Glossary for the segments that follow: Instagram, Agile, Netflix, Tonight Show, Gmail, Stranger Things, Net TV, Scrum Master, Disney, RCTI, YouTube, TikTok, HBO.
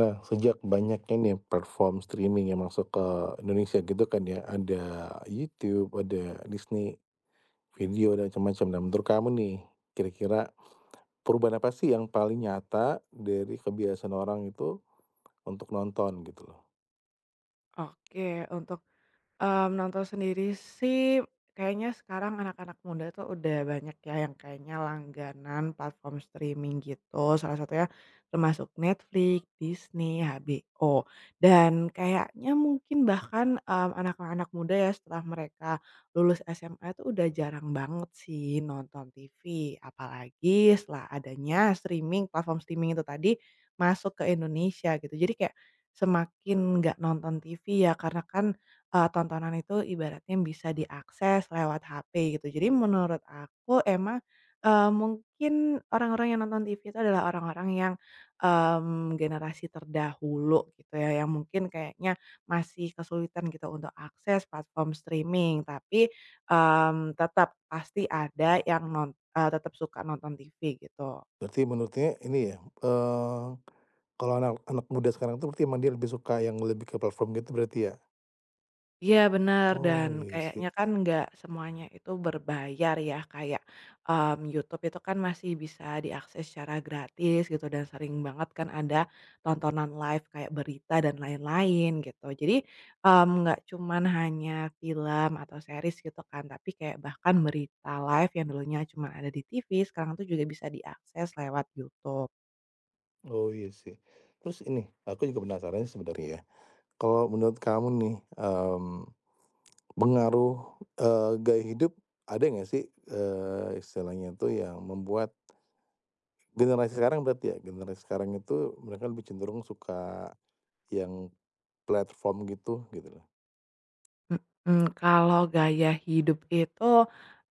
Nah, sejak banyaknya nih platform streaming yang masuk ke Indonesia gitu kan ya, ada YouTube, ada Disney Video dan macam-macam. Nah, menurut kamu nih, kira-kira perubahan apa sih yang paling nyata dari kebiasaan orang itu untuk nonton gitu loh? Oke. Nonton sendiri sih kayaknya sekarang anak-anak muda tuh udah banyak ya yang kayaknya langganan platform streaming gitu, salah satunya termasuk Netflix, Disney, HBO, dan kayaknya mungkin bahkan, anak-anak muda ya setelah mereka lulus SMA tuh udah jarang banget sih nonton TV, apalagi setelah adanya streaming, platform streaming itu tadi masuk ke Indonesia gitu. Jadi kayak semakin nggak nonton TV ya karena kan tontonan itu ibaratnya bisa diakses lewat HP gitu. Jadi menurut aku emang, mungkin orang-orang yang nonton TV itu adalah orang-orang yang, generasi terdahulu gitu ya, yang mungkin kayaknya masih kesulitan gitu untuk akses platform streaming. Tapi, tetap pasti ada yang tetap suka nonton TV gitu. Berarti menurutnya ini ya, eee, kalau anak anak muda sekarang tuh berarti emang dia lebih suka yang lebih ke platform gitu berarti ya? Iya, benar. Oh, Mhm. iya sih Kayaknya kan nggak semuanya itu berbayar ya kayak, YouTube itu kan masih bisa diakses secara gratis gitu dan sering banget kan ada tontonan live kayak berita dan lain-lain gitu jadi, nggak cuman hanya film atau series gitu kan tapi kayak bahkan berita live yang dulunya cuma ada di TV sekarang tuh juga bisa diakses lewat YouTube. oh, iya sih. Terus ini, aku juga penasaran sih sebenarnya ya, kalau menurut kamu nih, mmm pengaruh, gaya hidup ada nggak sih, istilahnya tuh yang membuat generasi sekarang itu mereka lebih cenderung suka yang platform gitu, gitu loh. Mhm, kalau gaya hidup itu,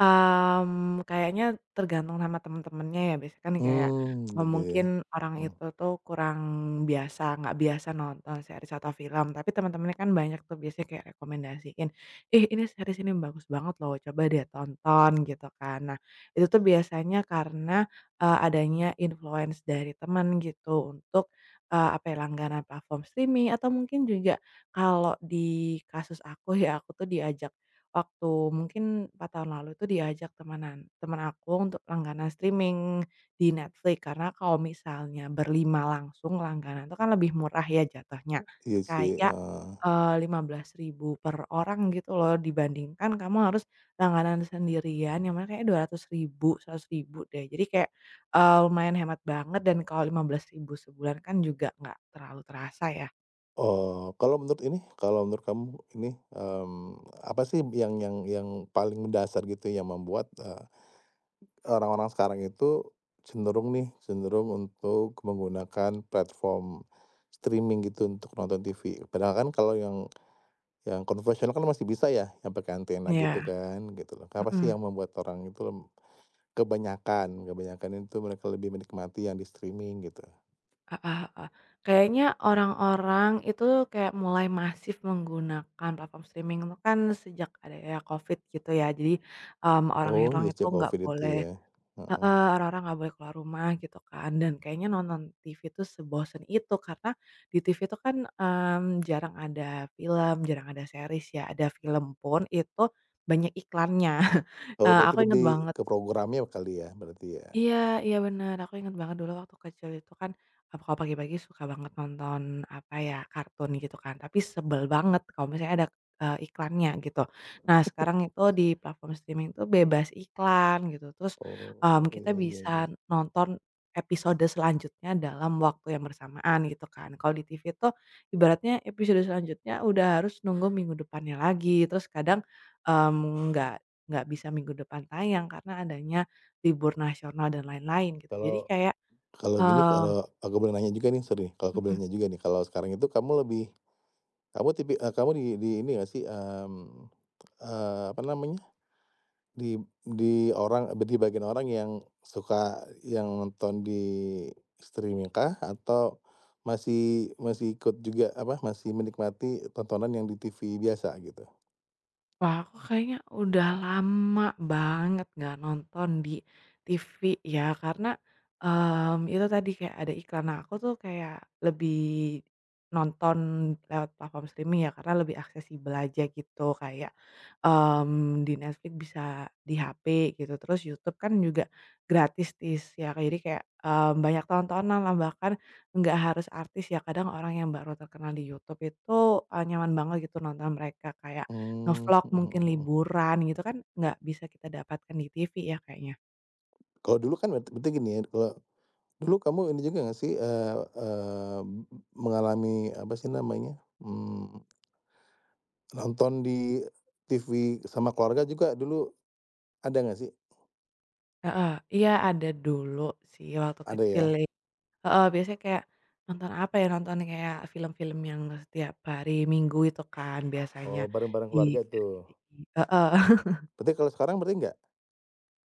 mmm, kayaknya tergantung sama temen-temennya ya, biasanya kan kayak, Mmm, eee, gitu ya. mungkin orang Mmm, itu tuh kurang biasa, nggak biasa nonton series atau film, tapi teman-temannya kan banyak tuh biasanya kayak rekomendasiin, "Ih, ini series ini bagus banget loh, coba deh tonton," gitu kan. Nah, itu tuh biasanya karena, adanya influence dari teman gitu untuk, apa ya, langganan platform streaming atau mungkin juga kalau di kasus aku ya aku tuh diajak waktu mungkin 4 tahun lalu itu diajak teman aku untuk langganan streaming di Netflix, karena kalau misalnya berlima langsung langganan itu kan lebih murah ya jatuhnya. iya sih, Kayak, heeh. 15 ribu per orang gitu loh dibandingkan kamu harus langganan sendirian yang mana kayak 200 ribu 100 ribu deh. Jadi kayak, lumayan hemat banget dan kalau 15 ribu sebulan kan juga nggak terlalu terasa ya. Oh, kalau menurut ini, kalau menurut kamu ini, apa sih yang paling mendasar gitu yang membuat, orang-orang sekarang itu cenderung untuk menggunakan platform streaming gitu untuk nonton TV. Padahal kan kalau yang konvensional kan masih bisa ya, yang pakai antena gitu Ya. kan, gitu loh. Apa sih yang membuat orang itu kebanyakan kebanyakan itu mereka lebih menikmati yang di streaming gitu. Heeh, heeh. Kayaknya orang-orang itu kayak mulai masif menggunakan platform streaming itu kan sejak ada ya Covid gitu ya. Jadi, Oh orang-orang iya itu sejak nggak Covid itu boleh. ya, heeh. Heeh, orang-orang nggak boleh keluar rumah gitu kan. Dan kayaknya nonton TV itu sebosen itu karena di TV itu kan, jarang ada film, jarang ada series ya, ada film pun itu banyak iklannya. Oh berarti Aku inget lebih banget. ke programnya kali ya, berarti ya? Iya, iya, bener, aku ingat banget dulu waktu kecil itu kan, kalau pagi-pagi suka banget nonton, apa ya, kartun gitu kan, tapi sebel banget kalau misalnya ada, iklannya gitu. Nah sekarang itu di platform streaming itu bebas iklan gitu, terus, Oh, kita iya iya iya. bisa nonton episode selanjutnya dalam waktu yang bersamaan gitu kan. Kalau di TV itu ibaratnya episode selanjutnya udah harus nunggu minggu depannya lagi, terus kadang, mmm, nggak nggak bisa minggu depan tayang karena adanya Libur nasional dan lain-lain gitu. Jadi Kalau kayak, Kalau gini, eee, kalau aku boleh nanya juga nih, sorry, kalau aku boleh mhm. nanya juga nih, kalau sekarang itu kamu lebih kamu di ini nggak sih, apa namanya, di di orang di bagian orang yang suka yang nonton di streaming kah? Atau masih masih ikut juga, apa, masih menikmati tontonan yang di TV biasa gitu? Wah, aku kayaknya udah lama banget nggak nonton di TV ya, karena, itu tadi kayak ada iklan. Nah, aku tuh kayak lebih nonton lewat platform streaming ya, karena lebih aksesibel aja gitu. Kayak, di Netflix bisa di HP gitu, terus YouTube kan juga gratisis ya, jadi kayak, banyak tontonan lah bahkan nggak harus artis ya, kadang orang yang baru terkenal di YouTube itu, nyaman banget gitu nonton mereka. Kayak Mmm, nge-vlog mhm mhm mungkin mhm. liburan gitu kan nggak bisa kita dapatkan di TV ya kayaknya. Kalau dulu kan berarti berarti gini ya, kalau dulu kamu ini juga nggak sih, eee eee, mengalami apa sih namanya, nonton di TV sama keluarga juga dulu ada nggak sih? Heeh, iya ada dulu sih waktu Ada kecil ya? ya, heeh, biasanya kayak nonton apa ya, nonton kayak film-film yang setiap hari Minggu itu kan biasanya Oh, bareng-bareng di keluarga tuh? RCTI. Heeh. Berarti kalau sekarang berarti nggak?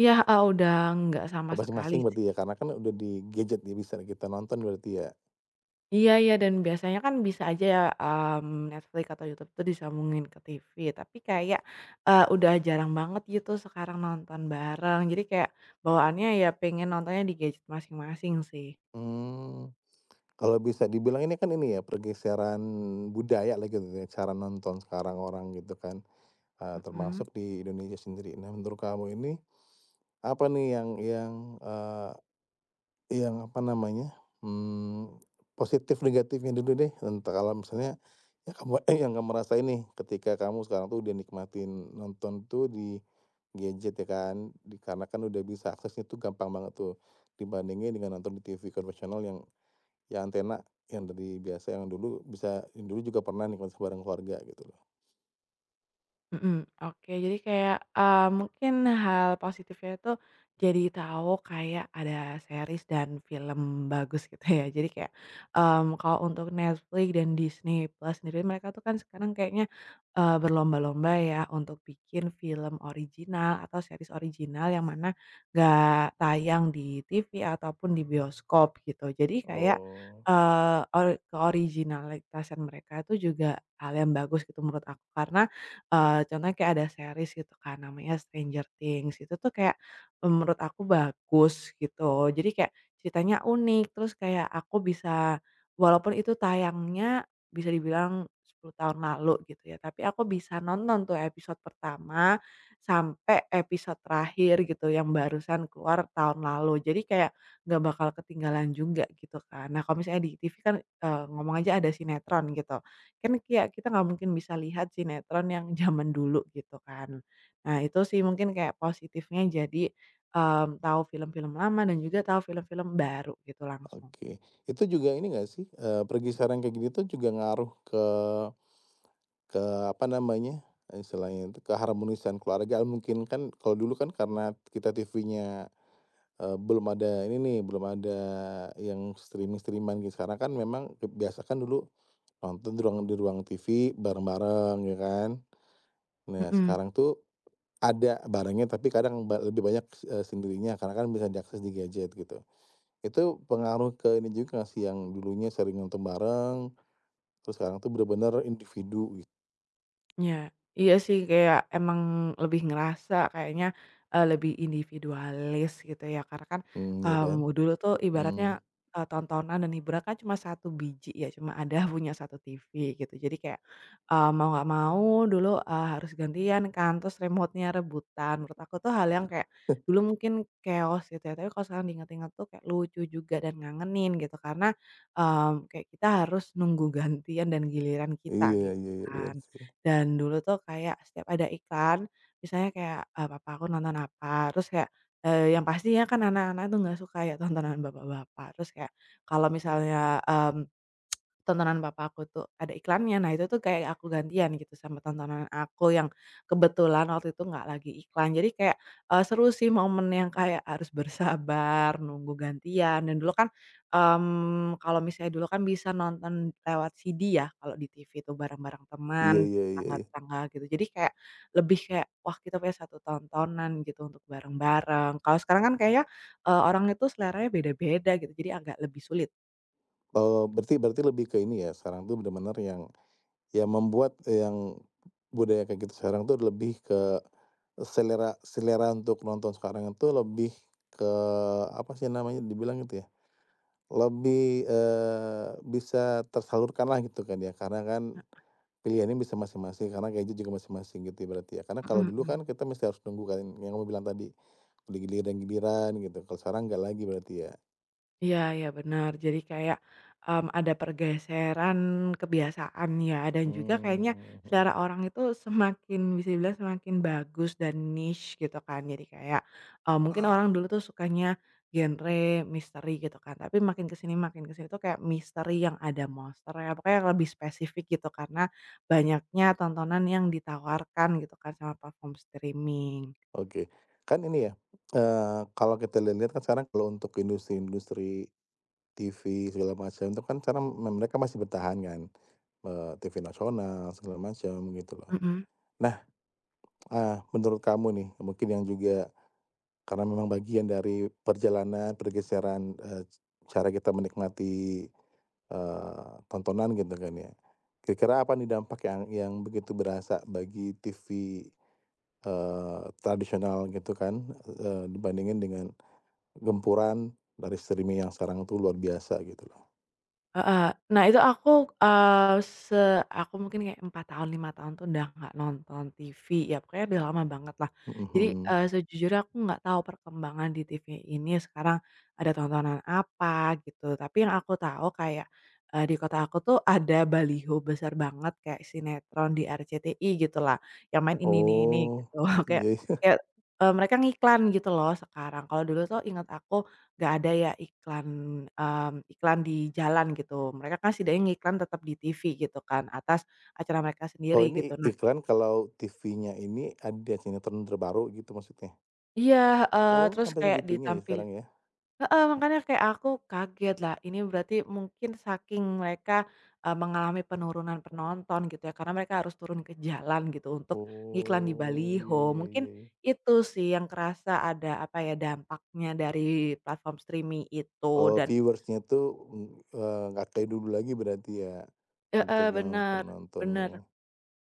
Iya, heeh, udah nggak sama Oh, sekali masing-masing sih. berarti ya? Karena kan udah di gadget ya bisa kita nonton berarti ya? Iya, iya, dan biasanya kan bisa aja ya, Netflix atau YouTube tuh disambungin ke TV, tapi kayak, udah jarang banget gitu sekarang nonton bareng. Jadi kayak bawaannya ya pengen nontonnya di gadget masing-masing sih. Mmm, kalau bisa dibilang ini kan ini ya pergeseran budaya lah gitu ya, cara nonton sekarang orang gitu kan, Mhm. termasuk di Indonesia sendiri. Nah menurut kamu ini, apa nih yang, eee Yang apa namanya, mmm, positif negatifnya dulu deh, entah kalau misalnya yang kamu eh yang kamu rasain nih ketika kamu sekarang tuh udah nikmatin nonton tuh di gadget ya kan, di karena kan udah bisa aksesnya tuh gampang banget tuh, dibandingin dengan nonton di TV konvensional yang antena, yang dari biasa yang dulu bisa yang dulu juga pernah nikmatin bareng keluarga gitu loh. Mhm, oke. Jadi kayak, mungkin hal positifnya itu jadi tahu kayak ada series dan film bagus gitu ya. Jadi kayak, kalau untuk Netflix dan Disney Plus sendiri mereka tuh kan sekarang kayaknya, berlomba-lomba ya untuk bikin film original atau series original yang mana gak tayang di TV ataupun di bioskop gitu. Jadi kayak, Oh, eee, ori keoriginalitasan mereka itu juga hal yang bagus gitu menurut aku. Karena contohnya kayak ada series gitu kan namanya Stranger Things itu tuh kayak, menurut aku bagus gitu jadi kayak ceritanya unik terus kayak aku bisa walaupun itu tayangnya bisa dibilang 10 tahun lalu gitu ya tapi aku bisa nonton tuh episode pertama sampai episode terakhir gitu yang barusan keluar tahun lalu jadi kayak nggak bakal ketinggalan juga gitu kan. Nah kalau misalnya di TV kan, ngomong aja ada sinetron gitu. Kan kayak kita nggak mungkin bisa lihat sinetron yang zaman dulu gitu kan. Nah itu sih mungkin kayak positifnya jadi, tahu film-film lama dan juga tahu film-film baru gitu langsung. oke. Itu juga ini nggak sih, pergi sarang kayak gini tuh juga ngaruh ke apa namanya, istilahnya itu keharmonisan keluarga mungkin kan kalau dulu kan karena kita TV-nya, belum ada ini nih, belum ada yang streaming stream gitu, sekarang kan memang biasa kan dulu nonton di ruang TV bareng-bareng ya kan. Nah Mhm. sekarang tuh ada barengnya tapi kadang lebih banyak, sendirinya karena kan bisa diakses di gadget gitu. Itu pengaruh ke ini juga nggak sih yang dulunya sering nonton bareng, terus sekarang tuh bener-bener individu gitu, Ya, iya sih kayak emang lebih ngerasa kayaknya, lebih individualis gitu ya karena kan, mmm, ya kan? mmm, dulu tuh ibaratnya, Mmm. eee, tontonan dan hiburan kan cuma satu biji ya cuma ada punya 1 TV gitu jadi kayak, mau nggak mau dulu, harus gantian kan terus remote-nya rebutan menurut aku tuh hal yang kayak, dulu mungkin chaos gitu ya tapi kalau sekarang diingat-ingat tuh kayak lucu juga dan ngangenin gitu karena, kayak kita harus nunggu gantian dan giliran kita Iya gitu iya iya, bener kan. sih. Dan dulu tuh kayak setiap ada iklan, misalnya kayak, papa aku nonton apa, terus kayak, yang pastinya kan anak-anak tuh nggak suka ya tontonan bapak-bapak, terus kayak kalau misalnya, tontonan papa aku tuh ada iklannya. Nah, itu tuh kayak aku gantian gitu sama tontonan aku yang kebetulan waktu itu nggak lagi iklan. Jadi kayak, seru sih momen yang kayak harus bersabar, nunggu gantian dan dulu kan, kalau misalnya dulu kan bisa nonton lewat CD ya kalau di TV tuh bareng-bareng teman, Iya iya iya iya. tetangga-tetangga gitu. Jadi kayak lebih kayak, wah kita punya satu tontonan gitu untuk bareng-bareng. Kalau sekarang kan kayaknya, orang itu seleranya beda-beda gitu, jadi agak lebih sulit. Berarti berarti lebih ke ini ya, sekarang tuh benar-benar yang membuat yang budaya kayak gitu sekarang tuh lebih ke selera selera untuk nonton sekarang itu lebih ke apa sih namanya, dibilang itu ya, lebih, bisa tersalurkan lah gitu kan ya, karena kan pilihannya bisa masing-masing, karena gadget juga masing-masing gitu ya berarti ya. Karena kalau Mhm, dulu kan mhm. kita mesti harus nunggu kan, yang kamu bilang tadi, giliran-giliran gitu, kalau sekarang nggak lagi berarti ya? Iya, iya, benar. Jadi kayak, ada pergeseran kebiasaan ya, dan juga kayaknya Mmm, mhm. selera orang itu semakin bisa dibilang semakin bagus dan niche gitu kan. Jadi kayak, mungkin orang dulu tuh sukanya genre misteri gitu kan, tapi makin kesini tuh kayak misteri yang ada monster ya pokoknya yang lebih spesifik gitu, karena banyaknya tontonan yang ditawarkan gitu kan sama platform streaming. Oke. Kan ini ya, kalau kita lihat-lihat kan sekarang kalau untuk industri-industri TV segala macam itu kan sekarang mereka masih bertahan kan, TV nasional segala macam gitu loh. Mhm. Nah, menurut kamu nih mungkin yang juga karena memang bagian dari perjalanan pergeseran, cara kita menikmati, tontonan gitu kan ya. Kira-kira apa nih dampak yang begitu berasa bagi TV, tradisional gitu kan, dibandingin dengan gempuran dari streaming yang sekarang tuh luar biasa gitu loh, Heeh. Nah itu aku, eee, se aku mungkin kayak 4 tahun, 5 tahun tuh udah nggak nonton TV ya, pokoknya udah lama banget lah. Jadi, mhm. eee, sejujurnya aku nggak tahu perkembangan di TV ini sekarang ada tontonan apa gitu, tapi yang aku tahu kayak, di kota aku tuh ada baliho besar banget kayak sinetron di RCTI gitu lah, yang main ini Oh, gitu. Kayak iya iya. kayak, mereka ngiklan gitu loh sekarang. Kalau dulu tuh inget aku nggak ada ya iklan di jalan gitu. Mereka kan setidaknya ngiklan tetap di TV gitu kan, atas acara mereka sendiri Oh ini gitu. Nah iklan kalau TV-nya ini ada sinetron terbaru gitu maksudnya? iya, heeh, Oh terus sampai kayak segitunya ya ditampilin. sekarang ya? Heeh, makanya kayak aku kaget lah, ini berarti mungkin saking mereka, mengalami penurunan penonton gitu ya, karena mereka harus turun ke jalan gitu untuk ngiklan di Oh, iya baliho. iya Mungkin iya iya. itu sih yang kerasa ada, apa ya, dampaknya dari platform streaming itu Oh dan viewers-nya tuh, mmm, nggak kayak dulu lagi berarti ya, heeh, untuk yang benar penontonnya bener. ya?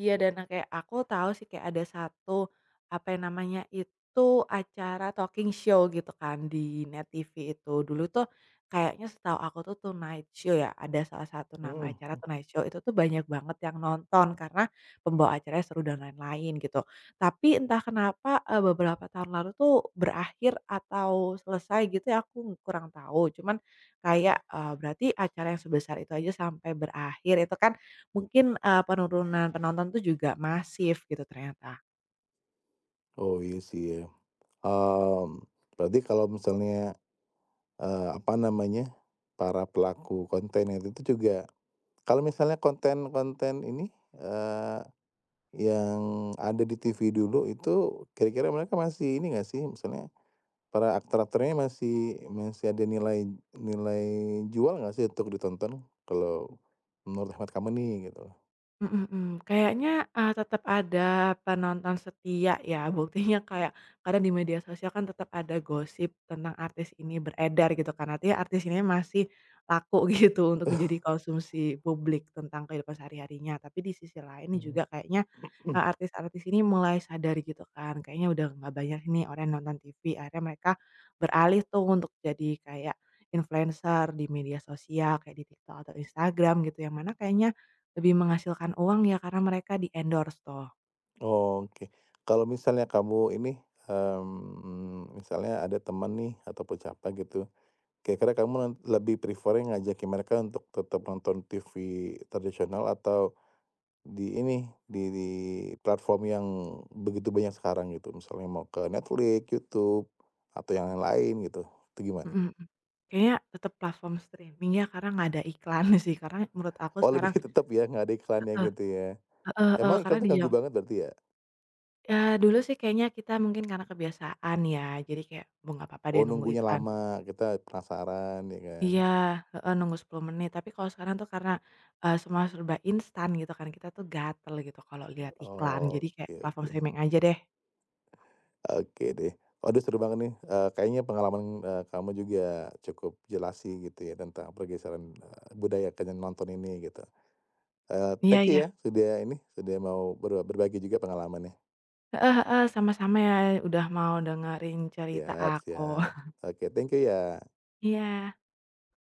Iya. Dan nah kayak aku tahu sih kayak ada satu, apa yang namanya itu, acara talking show gitu kan di Net TV itu. Dulu tuh kayaknya setahu aku tuh Tonight Show ya, ada salah satu nama acara Mhm. Tonight Show itu tuh banyak banget yang nonton karena pembawa acaranya seru dan lain-lain gitu. Tapi entah kenapa, beberapa tahun lalu tuh berakhir atau selesai gitu ya aku kurang tahu. Cuman kayak, berarti acara yang sebesar itu aja sampai berakhir itu kan Mungkin, penurunan penonton tuh juga masif gitu ternyata. Oh iya sih ya, mmm, berarti kalau misalnya, apa namanya, para pelaku konten itu tuh juga kalau misalnya konten-konten ini, yang ada di TV dulu itu kira-kira mereka masih ini nggak sih, misalnya para aktor-aktornya masih masih ada nilai nilai jual nggak sih untuk ditonton? Kalau menurut hemat kamu nih gitu? Mhm, mhm. Kayaknya, tetap ada penonton setia ya, buktinya kayak kadang di media sosial kan tetap ada gosip tentang artis ini beredar gitu kan, artinya artis ini masih laku gitu untuk menjadi konsumsi publik tentang kehidupan sehari-harinya. Tapi di sisi lain juga Hmm. kayaknya, eee, artis-artis ini mulai sadar gitu kan, kayaknya udah nggak banyak nih orang yang nonton TV, akhirnya mereka beralih tuh untuk jadi kayak influencer di media sosial, kayak di TikTok atau Instagram gitu, yang mana kayaknya lebih menghasilkan uang ya karena mereka di-endorse toh, Oke. Kalau misalnya kamu ini, mmm, misalnya ada teman nih ataupun siapa gitu, kira-kira kamu lebih prefer-nya ngajakin mereka untuk tetap nonton TV tradisional atau di ini, di platform yang begitu banyak sekarang gitu, misalnya mau ke Netflix, YouTube, atau yang lain gitu, itu gimana? mhm, mhm. Kayaknya tetep platform streaming ya karena nggak ada iklan sih karena menurut aku Oh lebih sekarang. tetap ya nggak ada iklannya Heeh, gitu ya. heeh, heeh, Emang karena iklan di tuh ganggu jam banget berarti ya? ya dulu sih kayaknya kita mungkin karena kebiasaan ya jadi kayak, "Oh nggak apa-apa deh Oh nunggu nunggunya iklan." lama, kita penasaran ya kan? Iya, heeh, nunggu 10 menit tapi kalau sekarang tuh karena, semua serba instan gitu kan kita tuh gatel gitu kalau lihat iklan jadi kayak Oke platform oke. streaming aja deh. Oke deh. Waduh seru banget nih, kayaknya pengalaman, kamu juga cukup jelas sih gitu ya tentang pergeseran, budaya kayak nonton ini gitu. Iya, Thank you ya iya, sudah ini, sudah mau berbagi juga pengalamannya. heeh, heeh, sama-sama ya udah mau dengerin cerita Siap aku. siap. Oke, thank you ya. Iya.